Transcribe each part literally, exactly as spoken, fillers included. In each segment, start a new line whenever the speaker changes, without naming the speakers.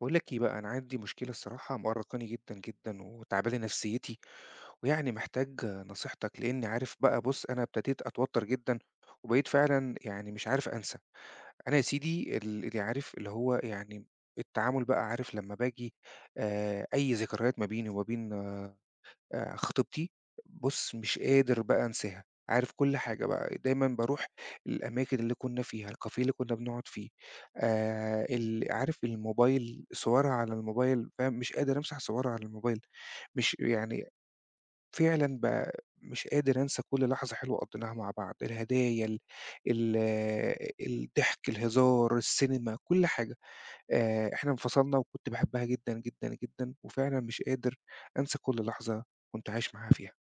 باقول لك إيه بقى، أنا عندي مشكلة الصراحة مأرّقاني جدًا، جدًا وتاعبة لي نفسيّتي، ويعني محتاج نصيحتك، لإني عارف بقى. بُص، أنا ابتديت أتوتّر جدًا، وبقيت فعلًا يعني مش عارف أنسى. أنا يا سيدي ال اللي عارف، اللي هو يعني التعامل بقى، عارف لمّا باجي آآ أي ذكريات ما بيني وما بين آآ خطيبتي، بُص مش قادر بقى أنساها. عارف كل حاجة بقى، دايمًا باروح الأماكن اللي كنا فيها، الcafe اللي كنا بنقعد فيه، آآ ال عارف، الموبايل صورها على الموبايل، فاهم، مش قادر أمسح صورها على الموبايل، مش يعني فعلًا ب مش قادر أنسى كل لحظة حلوة قضيناها مع بعض، الهدايا ال ال الضحك، الهزار، السينما، كل حاجة. آآ إحنا انفصلنا وكنت باحبها جدًا، جدًا، جدًا، وفعلًا مش قادر أنسى كل لحظة كنت عايش معاها فيها.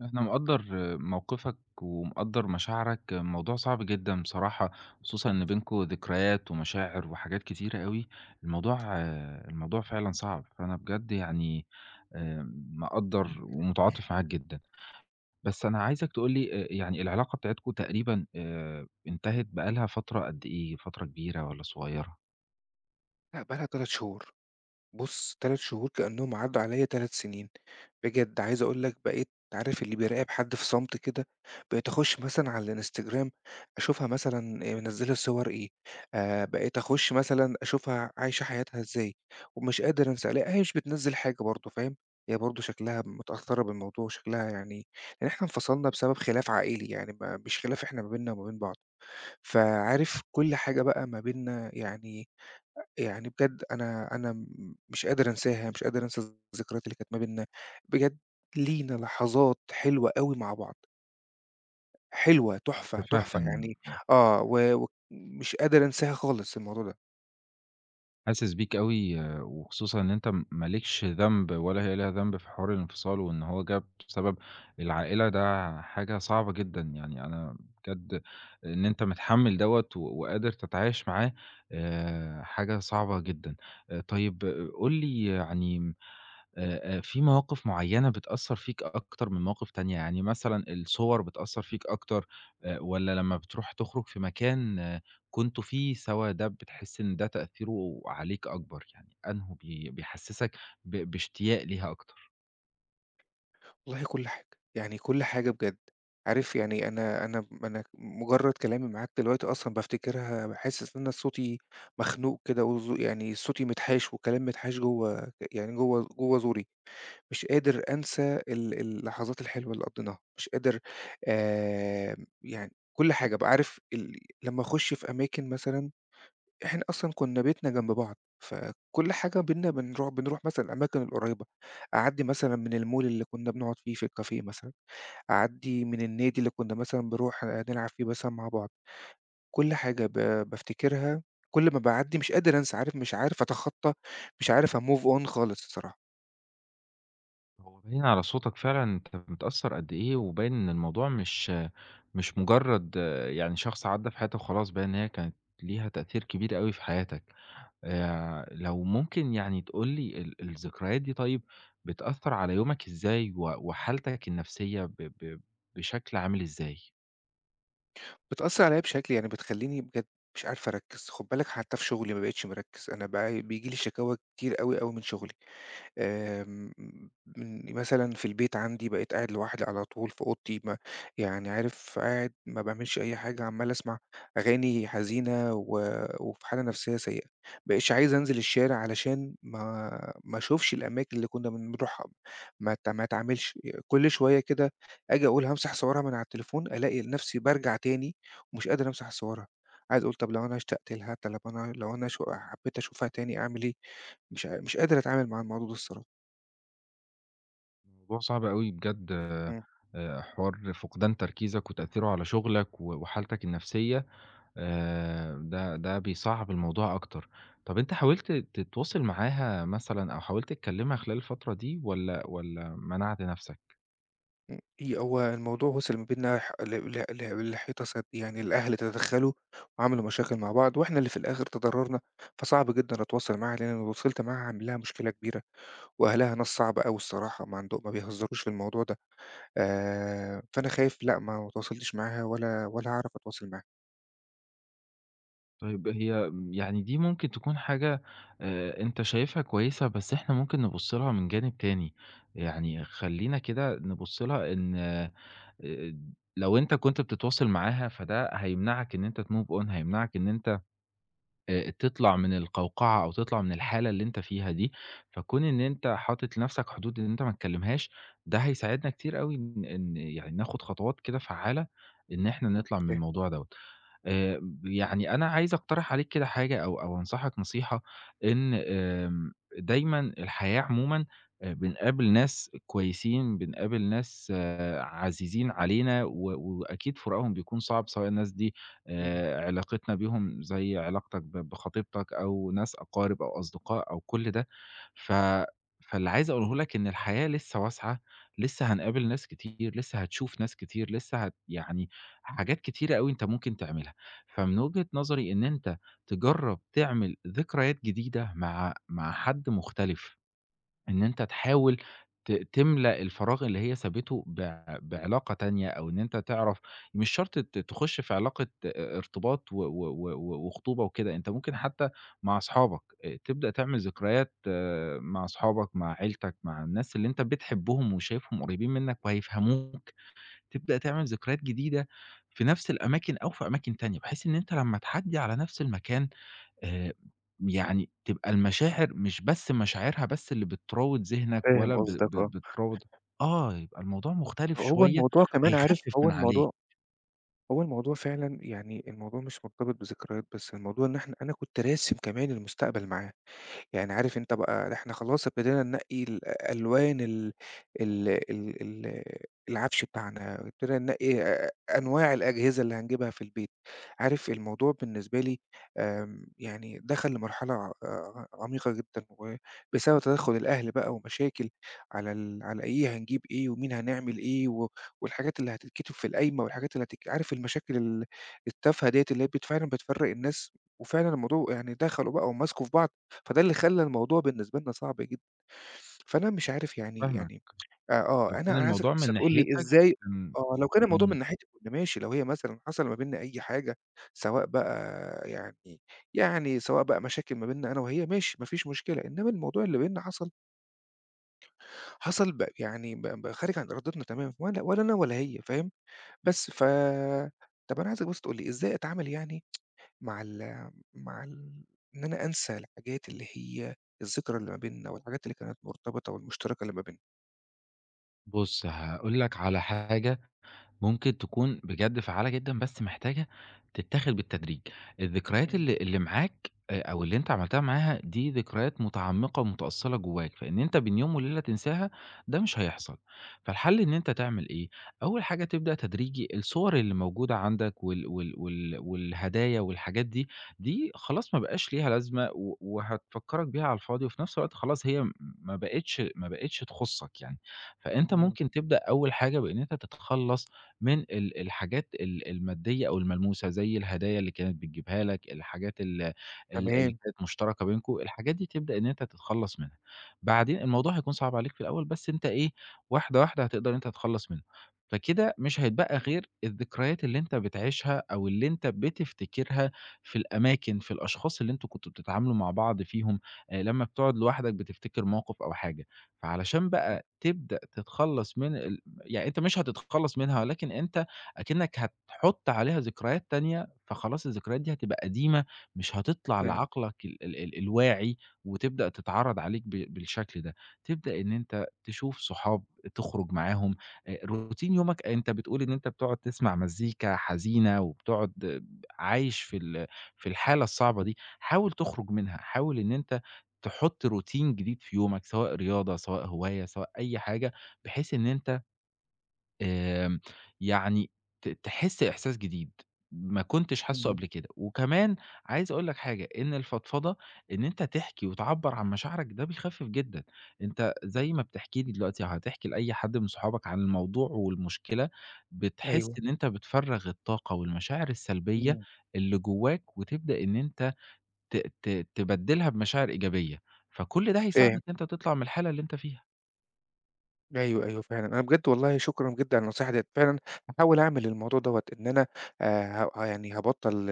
أنا مقدّر موقفك ومقدّر مشاعرك، الموضوع صعب جدًا بصراحة، خصوصًا إن بينكم ذكريات ومشاعر وحاجات كتيرة أوي، الموضوع آه، الموضوع فعلًا صعب، فأنا بجد يعني آآ مقدّر ومتعاطف معاك جدًا. بس أنا عايزك تقول لي آآ يعني العلاقة بتاعتكم تقريبًا آآ انتهت بقى لها فترة قد إيه، فترة كبيرة والّا صغيّرة؟
لأ، بقى لها 3 شهور. بُص، 3 شهور كأنهم عدّوا عليّا 3 سنين. بجد عايز أقول لك، بقيت عارف اللي بيراقب حد في صمت كده، بقيت أخُش مثلًا على الإنستجرام، أشوفها مثلًا منزّلة صور إيه، آآ بقيت أخُش مثلًا أشوفها عايشة حياتها إزاي، ومش قادر أنسى. ألاقيها هي مش بتنزّل حاجة برضه، فاهم، هي برضه شكلها متأثّرة بالموضوع، شكلها يعني لإن إحنا انفصلنا بسبب خلاف عائلي، يعني ما مش خلاف إحنا ما بيننا وما بين بعض. فعارف كل حاجة بقى ما بيننا يعني يعني بجد، أنا أنا م مش قادر أنساها، مش قادر أنسى الذكريات اللي كانت ما بيننا، بجد لينا لحظات حلوة أوي مع بعض، حلوة تحفة، تحفة
متفهم.
يعني. آه، و ومش قادر أنساها خالص الموضوع ده.
حاسس بيك أوي وخصوصًا إن أنت م ما لكش ذنب ولا هي ليها ذنب في حوار الانفصال، وإن هو جه بسبب العائلة ده حاجة صعبة جدًا، يعني أنا بجد إن أنت متحمّل دوّة و وقادر تتعايش معاه آآ، حاجة صعبة جدًا. آآ، طيب قُل لي يعني آآ، آآ، في مواقف معيّنة بتأثّر فيك أكتر من مواقف تانية، يعني مثلًا الصور بتأثّر فيك أكتر آآ، والّا لمّا بتروح تخرج في مكان آه، كنتوا فيه سوا ده بتحس إن ده تأثيره عليك أكبر، يعني أنهُه بي بيحسّسك ب باشتياق ليها أكتر؟
والله كل حاجة، يعني كل حاجة بجد، عارف يعني أنا أنا أنا مجرد كلامي معاك دلوقتي أصلًا بافتكرها باحس إن أنا صوتي مخنوق كده، وزو يعني صوتي متحاش، والكلام متحاش جوّه، يعني جوّه جوّه زوري. مش قادر أنسى ال اللحظات الحلوة اللي قضّيناها، مش قادر. آمم يعني كل حاجة أبقى عارف ال لمّا أخُش في أماكن مثلًا، إحنا أصلًا كُنّا بيتنا جنب بعض، فكل حاجة بيننا بنروح بنروح مثلًا الأماكن القريّبة، أعدّي مثلًا من الmall اللي كُنّا بنقعد فيه في الكافيه مثلًا، أعدّي من النادي اللي كُنّا مثلًا بنروح نلعب فيه مثلًا مع بعض، كل حاجة ب بافتكرها، كل ما باعدّي مش قادر أنسى، عارف مش عارف أتخطّى، مش عارف أmove on خالص الصراحة.
هو باين على صوتك فعلًا أنت متأثّر قد إيه، وباين إن الموضوع مش آه، مش مجرّد آه، يعني شخص عدّى في حياتك وخلاص، باين إن هي كانت ليها تأثير كبير أوي في حياتك. آآ لو ممكن يعني تقول لي ال الذكريات دي طيب بتأثّر على يومك إزاي و وحالتك النفسية ب ب بشكل عامل إزاي؟
بتأثّر عليَّ بشكل يعني بتخلّيني بجد مش عارف أركّز، خُد بالك حتى في شغلي ما بقيتش مركّز، أنا بقى بييجي لي شكاوى كتير أوي، أوي من شغلي. آمم، من مثلًا في البيت عندي بقيت قاعد لوحدي على طول في أوضتي، ما يعني عارف قاعد ما باعملش أي حاجة، عمّال أسمع أغاني حزينة و وفي حالة نفسيّة سيئة، ما بقيتش عايز أنزل الشارع علشان ما ما أشوفش الأماكن اللي كنا بنروحها، ما ت ما أتعاملش، كل شوية كده آجي أقول هامسح صورها من على التليفون، ألاقي نفسي بارجع تاني ومش قادر أمسح صورها، عايز أقول طب لو أنا اشتقت لها، طب لو أنا لو أنا شو حبيت أشوفها تاني أعمل إيه؟ مش ع مش قادر أتعامل مع الموضوع ده الصراحة.
موضوع صعب أوي بجد
إمم،
آآ حوار فقدان تركيزك وتأثيره على شغلك و وحالتك النفسية آآ ده ده بيصعّب الموضوع أكتر. طب أنت حاولت تتواصل معاها مثلًا أو حاولت تكلّمها خلال الفترة دي والّا والّا منعت نَفْسك؟
إمم، هي هو الموضوع وصل ما بيننا ح ل ل ل لحيطة سد، يعني الأهل تدخّلوا وعملوا مشاكل مع بعض، وإحنا اللي في الآخر تضررنا، فصعب جدًا أتواصل معاها لإن لو وصلت معاها هاعمل لها مشكلة كبيرة، وأهلها ناس صعبة أوي الصراحة، ما عندهم، ما بيهزروش في الموضوع ده، آآ، فأنا خايف، لأ، ما اتواصلتش معاها ولا ولا هاعرف أتواصل معاها.
طيب هي م يعني دي ممكن تكون حاجة آآ أنت شايفها كويسة، بس إحنا ممكن نبُص لها من جانب تاني، يعني خلّينا كده نبُص لها إن آآ لو أنت كنت بتتواصل معاها فده هيمنعك إن أنت تmove on، هيمنعك إن أنت آآ تطلع من القوقعة أو تطلع من الحالة اللي أنت فيها دي، فكون إن أنت حاطط لنفسك حدود إن أنت ما تكلمهاش، ده هيساعدنا كتير أوي إن إن يعني ناخد خطوات كده فعّالة إن إحنا نطلع من
فاه
الموضوع دوّة. آآ يعني أنا عايز أقترح عليك كده حاجة أو أو أنصحك نصيحة، إن آمم دايمًا الحياة عمومًا آآ بنقابل ناس كويسين، بنقابل ناس آه، عزيزين علينا و وأكيد فراقهم بيكون صعب، سواء الناس دي
إمم،
آآ علاقتنا بيهم زي علاقتك ب بخطيبتك أو ناس أقارب أو أصدقاء أو كل ده، ف فاللي عايز أقوله لك إن الحياة لسه واسعة، لسه هنقابل ناس كتير، لسه هتشوف ناس كتير، لسه هت يعني حاجات كتيرة أوي أنت ممكن تعملها، فمن وجهة نظري إن أنت تجرّب تعمل ذكريات جديدة مع مع حد مختلف. إن أنت تحاول ت تملأ الفراغ اللي هي سابته ب بعلاقة تانية، أو إن أنت تعرف مش شرط ت تخش في علاقة آآ ارتباط و و و و وخطوبة وكده، أنت ممكن حتى مع أصحابك آآ تبدأ تعمل ذكريات آه، مع أصحابك، مع عيلتك، مع الناس اللي أنت بتحبهم وشايفهم قريبين منك وهيفهموك، تبدأ تعمل ذكريات جديدة في نفس الأماكن أو في أماكن تانية، بحيث إن أنت لمّا تعدّي على نفس المكان آآ يعني تبقى المشاعر مش بس مشاعرها بس اللي بتراوض ذهنك
فاهم
ولا ب
قصدك، آه.
ب بتراوض آه، يبقى الموضوع مختلف
هو
شوية،
الموضوع كمان عارف
هيخفِّف
هو
من عليك.
الموضوع هو الموضوع فعلًا يعني الموضوع مش مرتبط بذكريات بس، الموضوع إن إحنا أنا كنت راسم كمان المستقبل معاها. يعني عارف أنت بقى، إحنا خلاص ابتدينا ننقّي ال ألوان ال ال ال ال العفش بتاعنا، ابتدينا ننقّي أ أنواع الأجهزة اللي هنجيبها في البيت. عارف الموضوع بالنسبة لي آمم، يعني دخل لمرحلة آآ، عميقة جدًا، وبسبب تدخُّل الأهل بقى، ومشاكل على ال على إيه هنجيب، إيه ومين هنعمل، إيه و والحاجات اللي هتتكتب في القايمة، والحاجات اللي هتك عارف، المشاكل ال التافهة ديّة اللي هي بت فعلًا بتفرّق الناس، وفعلًا الموضوع يعني دخلوا بقى ومسكوا في بعض، فده اللي خلّى الموضوع بالنسبة لنا صعب جدًا. فأنا مش عارف
أنا
يعني،
فاهمك،
يعني آآ آه،
لو
أنا أنا
كان
عايزك
الموضوع
بس
من
تقول لي
ناحيتك
إزاي.
كان
آه، لو كان الموضوع من
إمم.
ناحيتي كنت ماشي، لو هي مثلًا حصل ما بيننا أي حاجة، سواء بقى يعني يعني سواء بقى مشاكل ما بيننا أنا وهي ماشي، ما فيش مشكلة، إنّما الموضوع اللي بيننا حصل، حصل ب يعني ب ب خارج عن إرادتنا تمامًا، ولا ولا أنا ولا هي، فاهم؟ بس ف طَب أنا عايزك بس تقول لي إزاي أتعامل، يعني مع ال مع ال إن أنا أنسى الحاجات اللي هي الذكرى اللي ما بيننا، والحاجات اللي كانت مرتبطة والمشتركة اللي ما بيننا.
بُص هاقول لك على حاجة ممكن تكون بجد فعّالة جدًا، بس محتاجة تتاخد بالتدريج. الذكريات
إمم،
اللي اللي معاك آآ أو اللي أنت عملتها معاها دي ذكريات متعمقة ومتأصّلة جواك، فإن أنت بين يوم وليلة تنساها ده مش هيحصل. فالحل إن أنت تعمل إيه، أول حاجة تبدأ تدريجي الصور اللي موجودة عندك وال وال وال والهدايا والحاجات دي، دي خلاص ما بقاش ليها لازمة و وهتفكّرك بيها على الفاضي، وفي نفس الوقت خلاص هي م ما بقتش ما بقتش تخُصّك يعني. فأنت
إمم.
ممكن تبدأ أول حاجة بإن أنت تتخلّص من ال الحاجات ال المادية أو الملموسة، زي الهدايا اللي كانت بتجيبها لك، الحاجات ال ال اللي
تمام.
كانت مشتركة بينكم، الحاجات دي تبدأ إن أنت تتخلّص منها. بعدين الموضوع هيكون صعب عليك في الأول، بس أنت إيه، واحدة، واحدة هتقدر إن أنت تتخلّص منه. فكده مش هيتبقى غير الذكريات اللي أنت بتعيشها أو اللي أنت بتفتكرها في الأماكن، في الأشخاص اللي أنتم كنتم بتتعاملوا مع بعض فيهم، آآ لمّا بتقعد لوحدك بتفتكر موقف أو حاجة. فعلشان
إمم.
بقى تبدأ تتخلّص من ال يعني أنت مش هتتخلّص منها، ولكن أنت أكنّك هتحُط عليها ذكريات تانية، فخلاص الذكريات دي هتبقى قديمة، مش هتطلع
فاهم.
لعقلك ال ال ال الواعي، وتبدأ تتعرّض عليك ب بالشكل ده. تبدأ إن أنت تشوف صحاب، تخرج معاهم، آآ روتين يومك أنت بتقول إن أنت بتقعد تسمع مزيكا حزينة، وبتقعد ب عايش في ال في الحالة الصعبة دي، حاول تخرج منها، حاول إن أنت تحُط روتين جديد في يومك، سواء رياضة، سواء هواية، سواء أي حاجة، بحيث إن أنت آمم، يعني ت تحس إحساس جديد، ما كنتش حاسُّه
إمم.
قبل كده، وكمان عايز أقول لك حاجة، إن الفضفضة إن أنت تحكي وتعبّر عن مشاعرك ده بيخفف جدًا، أنت زي ما بتحكي لي دلوقتي هتحكي لأي حد من صحابك عن الموضوع والمشكلة، بتحس
أيوه.
إن أنت بتفرّغ الطاقة والمشاعر السلبية
إمم.
اللي جواك، وتبدأ إن أنت ت ت تبدّلها بمشاعر إيجابية، فكل ده هيساعدك
فاهم.
إن أنت تطلع من الحالة اللي أنت فيها.
أيوه، أيوه فعلًا. أنا بجد والله شكرًا جدًا على النصيحة ديّة، فعلًا هاحاول أعمل الموضوع دوّة، إن أنا آآ ه ه- يعني هابطّل،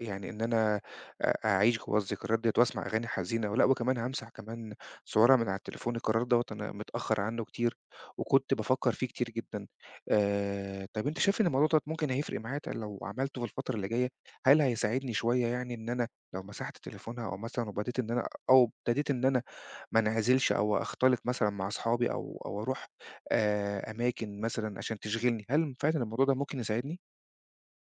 يعني إن أنا أ أعيش جوّه الذكريات ديّة، وأسمع أغاني حزينة ولأ، وكمان هامسح كمان صورها من على التليفون، القرار دوّة أنا متأخّر عنّه كتير، وكنت بافكّر فيه كتير جدًا. آآ طَب أنت شايف إن الموضوع دوّة ممكن هيفرق معايا، ت لو عملته في الفترة اللي جاية؟ هل هيساعدني شوية يعني إن أنا لو مسحت تليفونها، أو مثلًا وبديت إن أنا أو ابتديت إن أنا ما انعزلش أو أختلط مثلًا مع أصحابي، أو أو أروح آآ أماكن مثلًا عشان تشغلني، هل فعلًا الموضوع ده ممكن يساعدني؟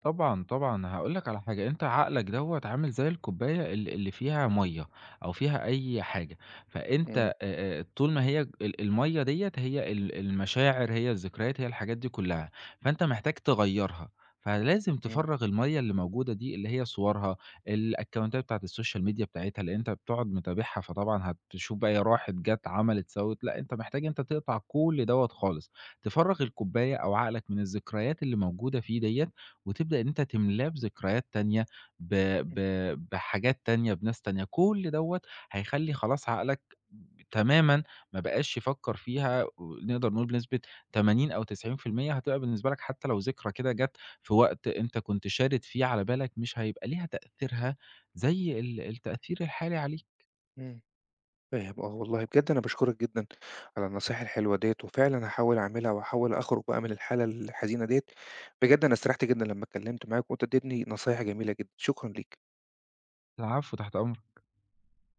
طبعًا، طبعًا، هاقول لك على حاجة، أنت عقلك دوّة عامل زي الكوباية ال اللي فيها مَيّة أو فيها أي حاجة، فأنت
إمم،
آآ آآ طول ما هي ال المَيّة ديّة هي ال المشاعر، هي الذكريات، هي الحاجات دي كلّها، فأنت محتاج تغيّرها، فلازم
إمم،
تفرّغ المَيّة اللي موجودة دي، اللي هي صورها، الأكونتات بتاعة السوشيال ميديا بتاعتها، لإن أنت بتقعد متابعها، فطبعًا هتشوف بقى هي راحت، جات، عملت، سوِّت، لأ، أنت محتاج أنت تقطع كل دوّة خالص، تفرّغ الكوباية أو عقلك من الذكريات اللي موجودة فيه ديّة، وتبدأ إن أنت تملاه بذكريات تانية، ب
إمم،
ب بحاجات تانية، بناس تانية، كل دوّة هيخلّي خلاص عقلك تمامًا ما بقاش يفكّر فيها، نقدر نقول بنسبة تمانين أو تسعين في المية هتبقى بالنسبة لك، حتّى لو ذكرى كده جات في وقت أنت كنت شارد فيه على بالك، مش هيبقى ليها تأثيرها زي ال التأثير الحالي عليك.
إمم، فاهم، آه. والله بجد أنا باشكرك جدًا على النصايح الحلوة ديّة، وفعلًا هاحاول أعملها، وهاحاول أخرج بقى من الحالة الحزينة ديّة، بجد أنا استريحت جدًا لمّا اتكلمت معاك، وأنت اديتني نصايح جميلة جدًا، شكرًا ليك.
العفو، تحت أمرك.